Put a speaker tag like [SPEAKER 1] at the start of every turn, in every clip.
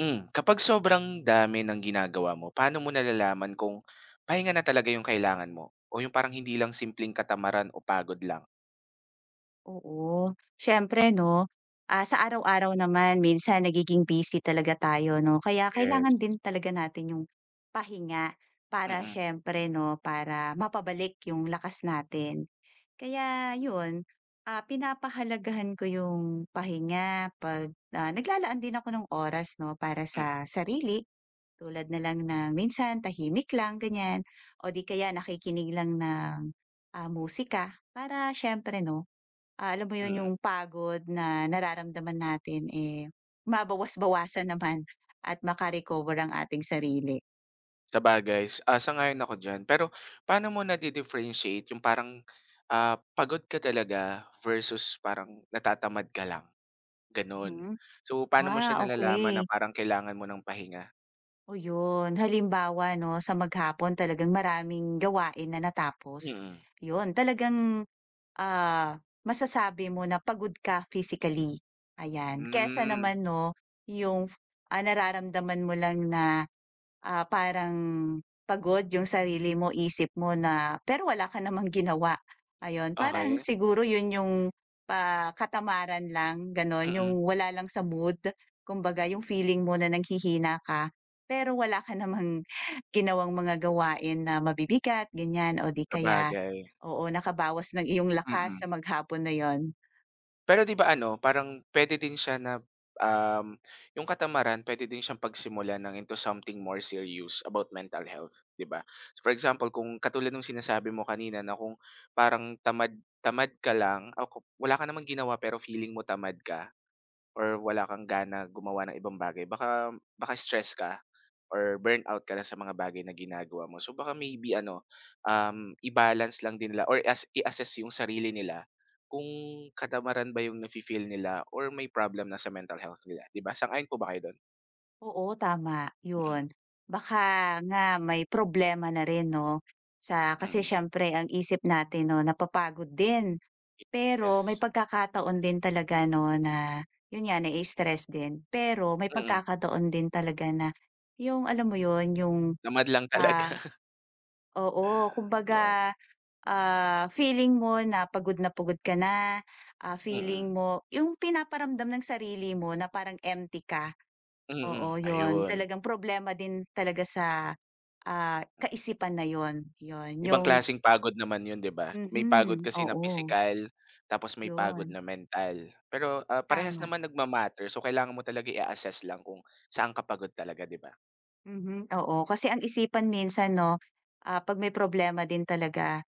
[SPEAKER 1] Kapag sobrang dami ng ginagawa mo, paano mo nalalaman kung pahinga na talaga yung kailangan mo o yung parang hindi lang simpleng katamaran o pagod lang?
[SPEAKER 2] Oo, siyempre 'no, sa araw-araw naman minsan nagiging busy talaga tayo 'no, kaya
[SPEAKER 1] Yes.
[SPEAKER 2] kailangan din talaga natin yung pahinga para
[SPEAKER 1] Mm,
[SPEAKER 2] siyempre 'no, para mapabalik yung lakas natin. Kaya yun, pinapahalagahan ko yung pahinga 'pag, naglalaan din ako ng oras 'no, para sa sarili tulad na lang ng minsan tahimik lang ganyan o di kaya nakikinig lang ng, musika para siyempre 'no. Ah, alam mo
[SPEAKER 1] mm,
[SPEAKER 2] 'yun,
[SPEAKER 1] mm.
[SPEAKER 2] yung pagod na nararamdaman natin, eh, mabawas-bawasan naman at maka ang ating sarili.
[SPEAKER 1] Sabagay, sang-ayon ako diyan. Pero paano mo nadi-differentiate yung parang, pagod ka talaga versus parang natatamad ka lang, gano'n?
[SPEAKER 2] Mhm.
[SPEAKER 1] So, paano mo siya
[SPEAKER 2] Ah,
[SPEAKER 1] nalalaman na
[SPEAKER 2] okay.
[SPEAKER 1] parang kailangan mo ng pahinga?
[SPEAKER 2] Oh, 'yun. Halimbawa 'no, sa maghapon talagang maraming gawain na natapos,
[SPEAKER 1] Mm-mm. Mm.
[SPEAKER 2] 'yun talagang, masasabi mo na pagod ka physically, ayan. Kaysa
[SPEAKER 1] Hmm,
[SPEAKER 2] naman 'no, yung, nararamdaman mo lang na parang pagod yung sarili mo, isip mo na pero wala ka namang ginawa, ayun. Parang
[SPEAKER 1] okey.
[SPEAKER 2] siguro yun yung katamaran lang gano'n, yung
[SPEAKER 1] Mm,
[SPEAKER 2] wala lang sa mood. Kumbaga yung feeling mo na nanghihina ka, pero wala ka namang ginawang mga gawain na mabibigat, ganyan o di kaya
[SPEAKER 1] sabagay.
[SPEAKER 2] oo, nakabawas ng iyong lakas sa
[SPEAKER 1] Mm.
[SPEAKER 2] maghapon na yon.
[SPEAKER 1] Pero 'di ba ano, parang puwede din siya na, um, yung katamaran puwede din siyang pagsimulan ng into something more serious about mental health, 'di ba? So, for example, kung katulad nung sinasabi mo kanina na kung parang tamad tamad ka lang o wala ka namang ginawa pero feeling mo tamad ka or wala kang gana gumawa ng ibang bagay baka baka stress ka or burnout ka na sa mga bagay na ginagawa mo. So baka maybe ano, i-balance lang din nila or as i-assess yung sarili nila kung katamaran ba yung nafi-feel nila or may problem na sa mental health nila, 'di ba? Sang-ayon po ba kayo do'n?
[SPEAKER 2] Oo, tama,
[SPEAKER 1] Mm,
[SPEAKER 2] yun. Baka nga may problema na rin 'no, sa kasi
[SPEAKER 1] mm,
[SPEAKER 2] siyempre ang isip natin 'no napapagod din. Pero may
[SPEAKER 1] yes.
[SPEAKER 2] pagkakataon din talaga 'no na yun nga nai-stress din. Pero may
[SPEAKER 1] Mm,
[SPEAKER 2] pagkakataon din talaga na yung alam mo yun, yung,
[SPEAKER 1] Tamad lang talaga.
[SPEAKER 2] ah oo, kumbaga,
[SPEAKER 1] Oo,
[SPEAKER 2] feeling mo na pagod ka na,
[SPEAKER 1] mm,
[SPEAKER 2] feeling mo yung pinaparamdam ng sarili mo na parang empty ka.
[SPEAKER 1] mm,
[SPEAKER 2] Oo, 'yun.
[SPEAKER 1] ayun.
[SPEAKER 2] Talagang problema din talaga sa, kaisipan na 'yun, 'yun.
[SPEAKER 1] Ibang
[SPEAKER 2] Yung
[SPEAKER 1] klaseng pagod naman 'yun, 'di ba? May pagod
[SPEAKER 2] mhm,
[SPEAKER 1] kasi na
[SPEAKER 2] oo,
[SPEAKER 1] physical, tapos may pagod
[SPEAKER 2] 'yun,
[SPEAKER 1] na mental. Pero, parehas
[SPEAKER 2] tama.
[SPEAKER 1] naman nagma so kailangan mo talaga i-assess lang kung saan ka pagod talaga, 'di ba?
[SPEAKER 2] Mhm, oo. Kasi ang isipan minsan 'no, 'pag may problema din talaga.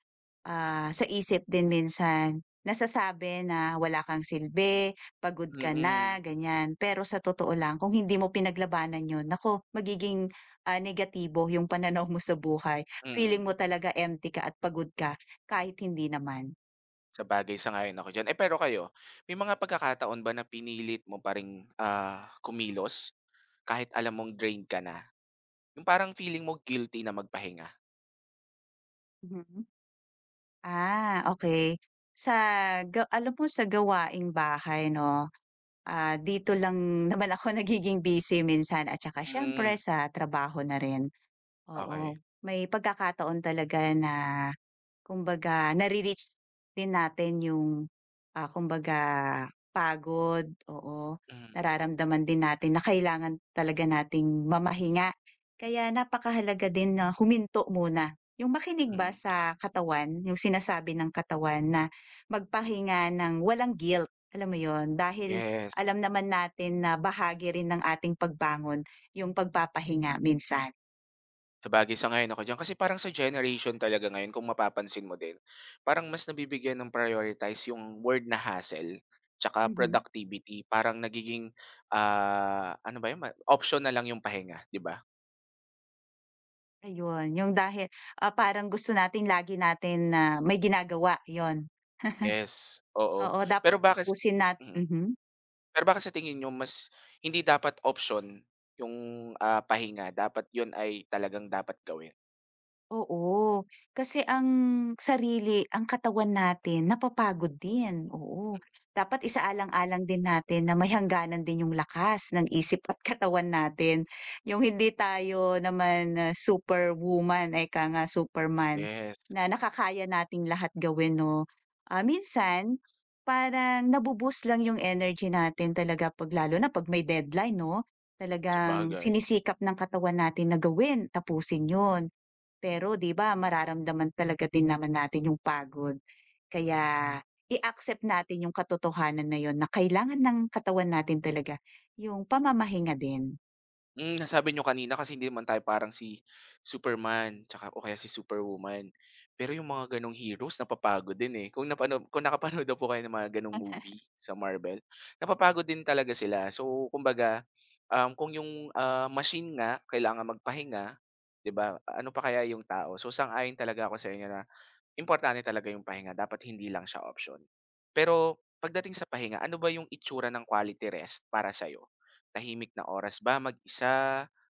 [SPEAKER 2] Ah, sa isip din minsan nasasabi na wala kang silbi, pagod ka na,
[SPEAKER 1] Mm,
[SPEAKER 2] ganyan. Pero sa totoo lang kung hindi mo pinaglabanan 'yun, naku magiging, negatibo 'yung pananaw mo sa buhay. Feeling
[SPEAKER 1] mm.
[SPEAKER 2] mo talaga empty ka at pagod ka kahit hindi naman.
[SPEAKER 1] Sabagay, sang-ayon ako diyan. Eh, pero kayo, may mga pagkakataon ba na pinilit mo pa ring, kumilos kahit alam mong drained ka na? Yung parang feeling mo guilty na magpahinga?
[SPEAKER 2] Mhm. Ah, okay. Sa alam mo sa gawaing bahay 'no, dito lang naman ako nagiging busy minsan at saka siyempre
[SPEAKER 1] Hmm,
[SPEAKER 2] sa trabaho na rin.
[SPEAKER 1] okey.
[SPEAKER 2] Oo, may pagkakataon talaga na kumbaga nare-reach din natin yung, kumbaga pagod, oo.
[SPEAKER 1] Hmm,
[SPEAKER 2] Nararamdaman din natin na kailangan talaga nating mamahinga. Kaya napakahalaga din na huminto muna, yung makinig ba
[SPEAKER 1] mm.
[SPEAKER 2] sa katawan, yung sinasabi ng katawan na magpahinga ng walang guilt, alam mo yon. Dahil
[SPEAKER 1] Yes,
[SPEAKER 2] alam naman natin na bahagi rin ng ating pagbangon yung pagpapahinga minsan.
[SPEAKER 1] sabagay, sang-ayon ako diyan. Kasi parang sa generation talaga ngayon kung mapapansin mo din, parang mas nabibigyan ng prioritize yung word na hustle tsaka
[SPEAKER 2] Mhm.
[SPEAKER 1] productivity. Parang nagiging, ano ba yun, ma option na lang yung pahinga, 'di ba?
[SPEAKER 2] Ayun, yung dahil, parang gusto natin lagi natin na may ginagawa, yun.
[SPEAKER 1] Yes, oo.
[SPEAKER 2] Oo,
[SPEAKER 1] Pero
[SPEAKER 2] dapat
[SPEAKER 1] bakit s
[SPEAKER 2] tapusin nat
[SPEAKER 1] mm.
[SPEAKER 2] mhm.
[SPEAKER 1] Pero bakit sa tingin niyo mas hindi dapat option yung, pahinga dapat yun ay talagang dapat gawin?
[SPEAKER 2] Oo, kasi ang sarili, ang katawan natin napapagod din,
[SPEAKER 1] Hmm.
[SPEAKER 2] oo. Dapat isaalang-alang din natin na may hangganan din yung lakas ng isip at katawan natin. Yung hindi tayo naman, superwoman, eka nga superman,
[SPEAKER 1] Yes,
[SPEAKER 2] na nakakaya nating lahat gawin 'no. Ah,
[SPEAKER 1] hmm,
[SPEAKER 2] minsan parang nabubus lang yung energy natin talaga 'pag lalo na 'pag may deadline 'no, talagang
[SPEAKER 1] sabagay.
[SPEAKER 2] sinisikap ng katawan natin na gawin, tapusin yun. Pero 'di ba mararamdaman talaga din naman natin yung pagod. Kaya i-accept natin yung katotohanan na yun na kailangan ng katawan natin talaga yung pamamahinga din.
[SPEAKER 1] Nasabi niyo kanina kasi hindi naman tayo parang si Superman tsaka o kaya si Superwoman. Pero yung mga gano'ng heroes napapagod din, eh. Kung nakapanood na po kayo ng mga gano'ng movie sa Marvel, napapagod din talaga sila. So, kumbaga, kung yung, machine nga kailangan magpahinga, 'di ba, ano pa kaya yung tao? So, sang-ayon talaga ako sa inyo na importante talaga yung pahinga dapat hindi lang siya option. Pero pagdating sa pahinga, ano ba yung itsura ng quality rest para sa'yo? Tahimik na oras ba mag-isa,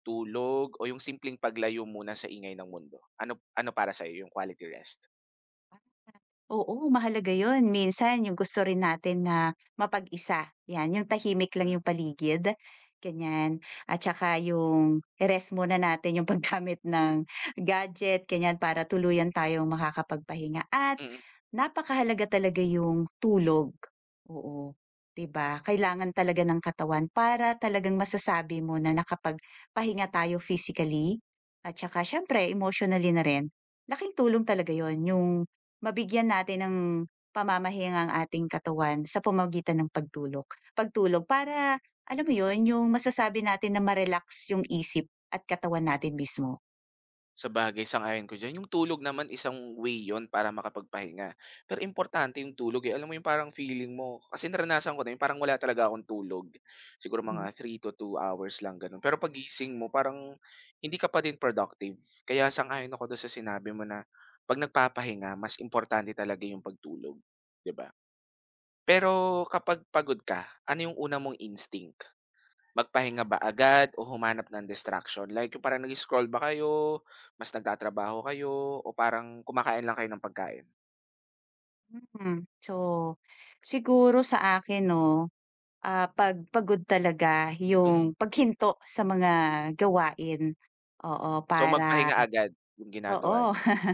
[SPEAKER 1] tulog, o yung simpleng paglayo muna sa ingay ng mundo? Ano ano para sa'yo yung quality rest?
[SPEAKER 2] Oo, mahalaga yun. Minsan yung gusto rin natin na mapag-isa, yan, yung tahimik lang
[SPEAKER 1] Hmm,
[SPEAKER 2] yung paligid, ganyan. At saka yung i-rest muna natin yung paggamit ng gadget, ganyan, para tuluyan tayong makakapagpahinga. At
[SPEAKER 1] mm.
[SPEAKER 2] napakahalaga talaga yung tulog. Oo, 'di ba? Kailangan talaga ng katawan para talagang masasabi mo na nakapagpahinga tayo physically at saka siyempre emotionally na rin. Laking tulong talaga yon yung mabigyan natin ng pamamahinga ang ating katawan sa pamamagitan ng pagtulog pagtulog para alam mo yun, yung masasabi natin na ma-relax yung isip at katawan natin mismo.
[SPEAKER 1] Sabagay, sang-ayon ko diyan. Yung tulog naman isang way yon para makapagpahinga. Pero importante yung tulog, eh. Alam mo yung parang feeling mo kasi naranasan ko na yung parang wala talaga akong tulog. Siguro mga 3 to 2 hours lang, gano'n. Pero pagising mo parang hindi ka pa din productive. Kaya sang-ayon ako do'n sa sinabi mo na 'pag nagpapahinga mas importante talaga yung pagtulog, 'di ba? Pero kapag pagod ka, ano yung una mong instinct? Magpahinga ba agad o humanap ng distraction? Like yung parang nag-scroll ba kayo, mas nagtatrabaho kayo, o parang kumakain lang kayo ng pagkain?
[SPEAKER 2] Mm, so siguro sa akin 'no, 'pag pagod talaga
[SPEAKER 1] Mm.
[SPEAKER 2] yung paghinto sa mga gawain, oo,
[SPEAKER 1] So,
[SPEAKER 2] para
[SPEAKER 1] magpahinga agad yung ginagawa
[SPEAKER 2] oo.
[SPEAKER 1] niyo?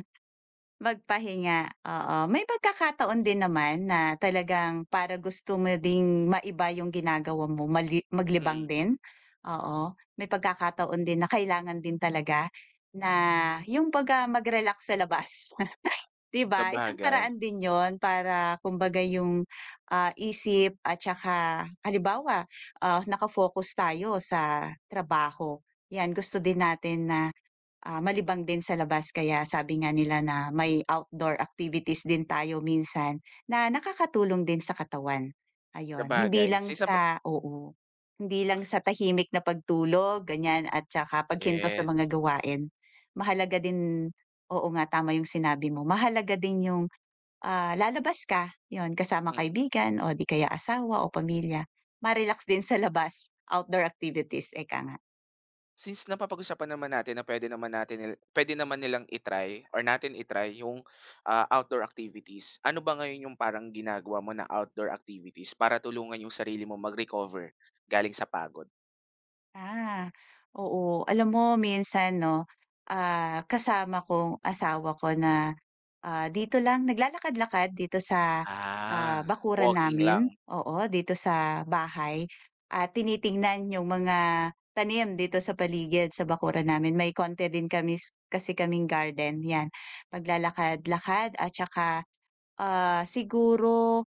[SPEAKER 2] Magpahinga, oo. May pagkakataon din naman na talagang para gusto mo ding maiba yung ginagawa mo, maglibang
[SPEAKER 1] Mm.
[SPEAKER 2] din? Oo, may pagkakataon din na kailangan din talaga na yung pag mag-relax sa labas, 'di ba? Isang
[SPEAKER 1] Sabagay,
[SPEAKER 2] paraan din yon para kumbaga yung, isip at saka halimbawa, ah, naka tayo sa trabaho, 'yan gusto din natin na malibang din sa labas kaya sabi nga nila na may outdoor activities din tayo minsan na nakakatulong din sa katawan, ayun.
[SPEAKER 1] sabagay
[SPEAKER 2] Hindi lang
[SPEAKER 1] since napa
[SPEAKER 2] sa oo, hindi lang sa tahimik na pagtulog ganyan at saka paghintos sa
[SPEAKER 1] yes,
[SPEAKER 2] mga gawain. Mahalaga din oo nga tama yung sinabi mo, mahalaga din yung, lalabas ka, yon kasama
[SPEAKER 1] mm.
[SPEAKER 2] kaibigan o di kaya asawa o pamilya, ma-relax din sa labas, outdoor activities, eka nga.
[SPEAKER 1] Since napapag-usapan naman natin na puwede naman nilang i-try or natin i-try yung, outdoor activities. Ano ba ngayon yung parang ginagawa mo na outdoor activities para tulungan yung sarili mo mag-recover galing sa pagod?
[SPEAKER 2] Ah, oo. Alam mo minsan 'no, kasama kong asawa ko na, dito lang naglalakad-lakad dito sa,
[SPEAKER 1] Ah,
[SPEAKER 2] bakuran
[SPEAKER 1] Walking lang,
[SPEAKER 2] namin, oo, dito sa bahay at tinitingnan yung mga tanim dito sa paligid sa bakuran namin. May konti din kami kasi kaming garden, 'yan. Paglalakad-lakad at saka, siguro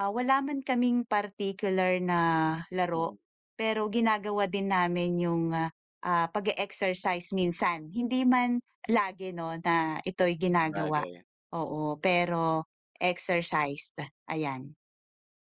[SPEAKER 2] Wala man kaming particular na laro,
[SPEAKER 1] mm,
[SPEAKER 2] pero ginagawa din namin yung, pag exercise minsan. Hindi man lagi 'no na ito'y ginagawa,
[SPEAKER 1] sabagay.
[SPEAKER 2] oo, pero exercised, ayan.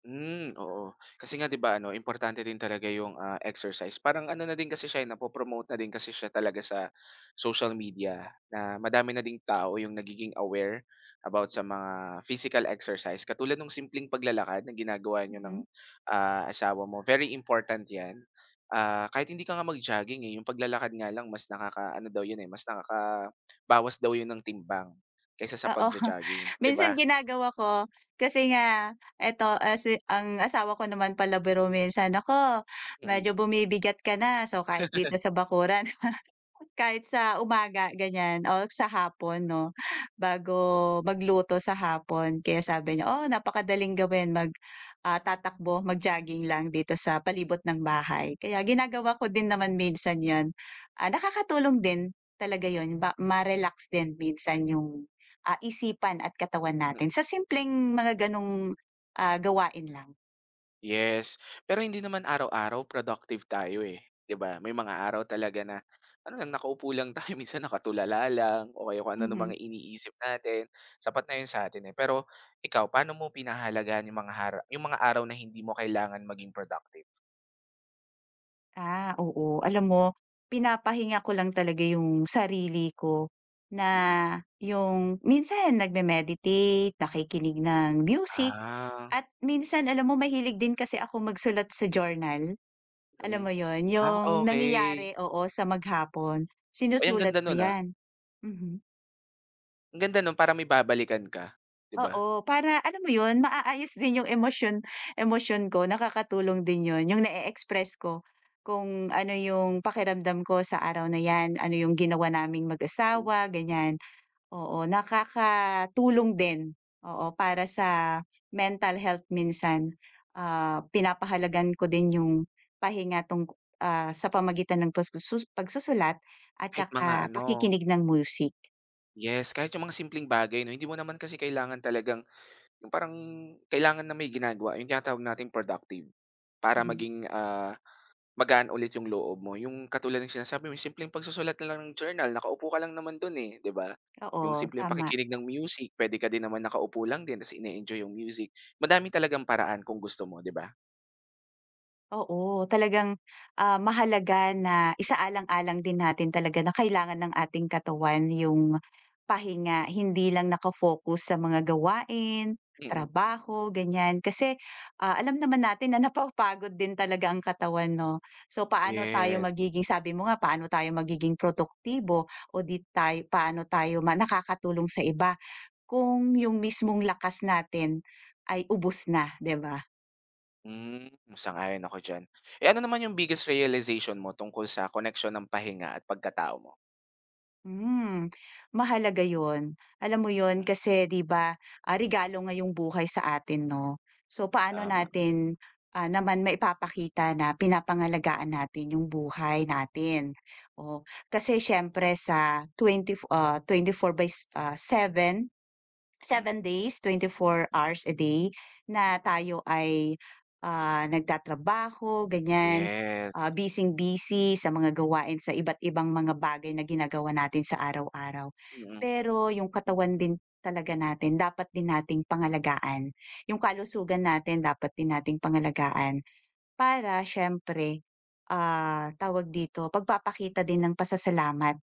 [SPEAKER 1] Hmm, oo. Kasi nga 'di ba ano, importante din talaga yung, exercise. Parang ano na din kasi siya, eh, napo-promote na din kasi siya talaga sa social media na madami na ding tao yung nagiging aware about sa mga physical exercise. Katulad ng simpleng paglalakad na ginagawa niyo
[SPEAKER 2] Mhm,
[SPEAKER 1] ng, asawa mo, very important 'yan. Kahit hindi ka nga mag-jogging, eh, yung paglalakad nga lang mas nakakaano daw 'yun, eh, mas nakakabawas daw 'yun ng timbang kaysa sa
[SPEAKER 2] oo.
[SPEAKER 1] pagjo-jogging, 'di ba?
[SPEAKER 2] Minsan ginagawa ko kasi nga eto, si ang asawa ko naman palabiro minsan, ako
[SPEAKER 1] Mm,
[SPEAKER 2] medyo bumibigat ka na." So, kahit dito sa bakuran. Kahit sa umaga ganyan o sa hapon 'no, bago magluto sa hapon kaya sabi niya, "Oh, napakadaling gawin mag, tatakbo, mag-jogging lang dito sa palibot ng bahay." Kaya ginagawa ko din naman minsan 'yun. Ah, nakakatulong din talaga 'yun ba ma-relax din minsan yung, isipan at katawan natin
[SPEAKER 1] mm.
[SPEAKER 2] sa simpleng mga gano'ng, gawain lang.
[SPEAKER 1] Yes, pero hindi naman araw-araw productive tayo, eh, 'di ba? May mga araw talaga na ano lang, nakaupo lang tayo, minsan nakatulala lang o kaya kung ano ng mga
[SPEAKER 2] Mhm.
[SPEAKER 1] iniisip natin, sapat na 'yun sa atin, eh. Pero ikaw, paano mo pinahahalagahan yung mga araw na hindi mo kailangan maging productive?
[SPEAKER 2] Ah, oo. Alam mo, pinapahinga ko lang talaga yung sarili ko na
[SPEAKER 1] Mm.
[SPEAKER 2] yung minsan nagme-meditate, nakikinig ng music,
[SPEAKER 1] Ah,
[SPEAKER 2] at minsan alam mo mahilig din kasi ako magsulat sa journal. Alam
[SPEAKER 1] mm.
[SPEAKER 2] mo yon, yung
[SPEAKER 1] Okay.
[SPEAKER 2] nangyayari, oo, sa maghapon,
[SPEAKER 1] O ang
[SPEAKER 2] sinusulat
[SPEAKER 1] ganda
[SPEAKER 2] ko
[SPEAKER 1] nun, ah.
[SPEAKER 2] yan. Mhm.
[SPEAKER 1] Ang ganda nun para may babalikan ka, 'di ba?
[SPEAKER 2] Oo, para alam mo 'yun, maaayos din 'yung emosyon emosyon ko, nakakatulong din 'yun, 'yung na-e-express ko kung ano 'yung pakiramdam ko sa araw na 'yan, ano 'yung ginawa naming
[SPEAKER 1] Mm.
[SPEAKER 2] mag-asawa, ganiyan. Oo, nakakatulong din, oo, para sa mental health minsan. Ah, pinapahalagan ko din 'yung pahinga sa pamagitan ng pagsusulat at
[SPEAKER 1] Kahit mga
[SPEAKER 2] saka
[SPEAKER 1] ano
[SPEAKER 2] pakikinig ng music.
[SPEAKER 1] yes, kahit yung mga simpleng bagay 'no, hindi mo naman kasi kailangan talagang yung parang kailangan na may ginagawa, yung tinatawag nating productive. Para
[SPEAKER 2] Mhm,
[SPEAKER 1] maging, magaan ulit yung loob mo. Yung katulad ng sinasabi mo, yung simpleng pagsusulat na lang ng journal, nakaupo ka lang naman dun, eh, 'di ba? Yung
[SPEAKER 2] oo,
[SPEAKER 1] simpleng
[SPEAKER 2] tama.
[SPEAKER 1] pakikinig ng music, pwede ka din naman nakaupo lang din kasi ine-enjoy yung music. Madami talagang paraan kung gusto mo, 'di ba?
[SPEAKER 2] Oo, talagang, mahalaga na isaalang-alang din natin talaga na kailangan ng ating katawan yung pahinga, hindi lang sa mga gawain,
[SPEAKER 1] Mm.
[SPEAKER 2] trabaho, ganyan. Kasi, alam naman natin na napapagod din talaga ang katawan 'no. So, paano tayo
[SPEAKER 1] Yes.
[SPEAKER 2] magiging sabi mo nga, paano tayo magiging produktibo o di tay paano tayo nakakatulong sa iba kung yung mismong lakas natin ay ubos na, 'di ba?
[SPEAKER 1] Sang ako diyan. Eh, ano naman yung biggest realization mo tungkol sa connection ng pahinga at pagkatao mo?
[SPEAKER 2] Hmm, mahalaga 'yun. Alam mo 'yun
[SPEAKER 1] Mm,
[SPEAKER 2] kasi 'di ba, regalo nga yung buhay sa atin 'no. So paano
[SPEAKER 1] tama.
[SPEAKER 2] natin, naman maipapakita na pinapangalagaan natin yung buhay natin. O kasi siyempre sa twenty four by seven
[SPEAKER 1] Mm.
[SPEAKER 2] seven days, 24 hours a day na tayo ay, nagtatrabaho ganyan,
[SPEAKER 1] Yes.
[SPEAKER 2] busyng-busy sa mga gawain sa iba't ibang mga bagay na ginagawa natin sa araw-araw.
[SPEAKER 1] Mm,
[SPEAKER 2] Pero yung katawan din talaga natin dapat din nating pangalagaan, yung kalusugan natin dapat din nating pangalagaan. Para siyempre, tawag dito, pagpapakita din ng pasasalamat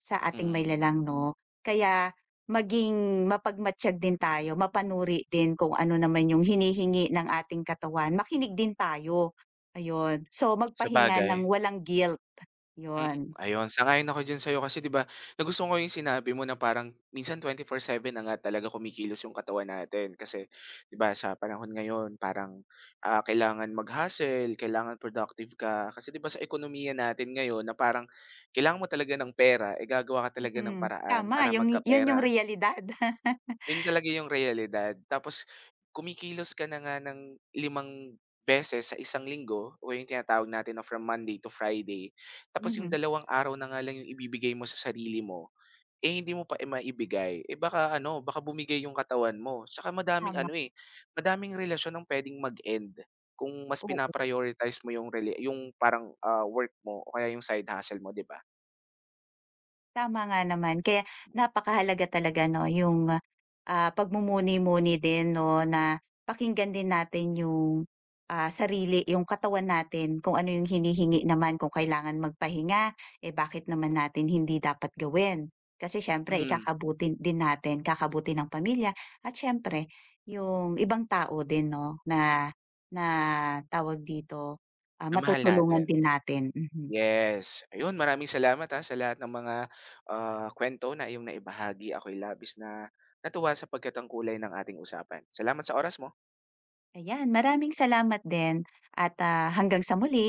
[SPEAKER 2] sa ating
[SPEAKER 1] mm.
[SPEAKER 2] mayalang 'no. Kaya maging mapagmatyag din tayo, mapanuri din kung ano naman yung hinihingi ng ating katawan, makinig din tayo, ayun. So, magpahinga
[SPEAKER 1] Sabagay,
[SPEAKER 2] ng walang guilt, yun.
[SPEAKER 1] ayun sang-ayon ako diyan sa'yo kasi 'di ba, nagustuhan ko yung sinabi mo na parang minsan 24/7 na nga talaga kumikilos yung katawan natin kasi 'di ba sa panahon ngayon parang, kailangan mag-hustle, kailangan productive ka kasi 'di ba sa ekonomiya natin ngayon na parang kailangan mo talaga ng pera, eh, gagawa ka talaga ng
[SPEAKER 2] Mm,
[SPEAKER 1] paraan
[SPEAKER 2] tama
[SPEAKER 1] para
[SPEAKER 2] yung yun yung
[SPEAKER 1] magkapera.
[SPEAKER 2] realidad.
[SPEAKER 1] Yun talaga yung realidad. Tapos kumikilos ka na nga ng 5 beses sa isang linggo o yung tinatawag natin na from Monday to Friday. Tapos yung
[SPEAKER 2] Mhm,
[SPEAKER 1] 2 araw na nga lang yung ibibigay mo sa sarili mo, eh hindi mo pa eh maibigay. Eh baka ano, baka bumigay yung katawan mo. Tsaka madaming
[SPEAKER 2] tama.
[SPEAKER 1] ano eh, madaming relasyon ang pwedeng mag-end kung mas pina mo yung rela yung parang, work mo o kaya yung side hustle mo, 'di ba?
[SPEAKER 2] Tama nga naman kaya napakahalaga talaga 'no yung, pagmumuni-muni din 'no na pakinggan din natin yung, sarili, yung katawan natin kung ano yung hinihingi naman kung kailangan magpahinga, eh, bakit naman natin hindi dapat gawin. Kasi siyempre
[SPEAKER 1] Mhm,
[SPEAKER 2] ikakabuti din natin, kakabuti ng pamilya at siyempre yung ibang tao din 'no na na tawag dito,
[SPEAKER 1] na mahal
[SPEAKER 2] matutulungan
[SPEAKER 1] natin.
[SPEAKER 2] din natin, mhm.
[SPEAKER 1] Yes. Ayun, maraming salamat, sa lahat ng mga, kuwento na iyong naibahagi. Ako'y labis na natuwa sa pagkatangkulay ng ating usapan. Salamat sa oras mo.
[SPEAKER 2] Ayan, maraming salamat din at, hanggang sa muli.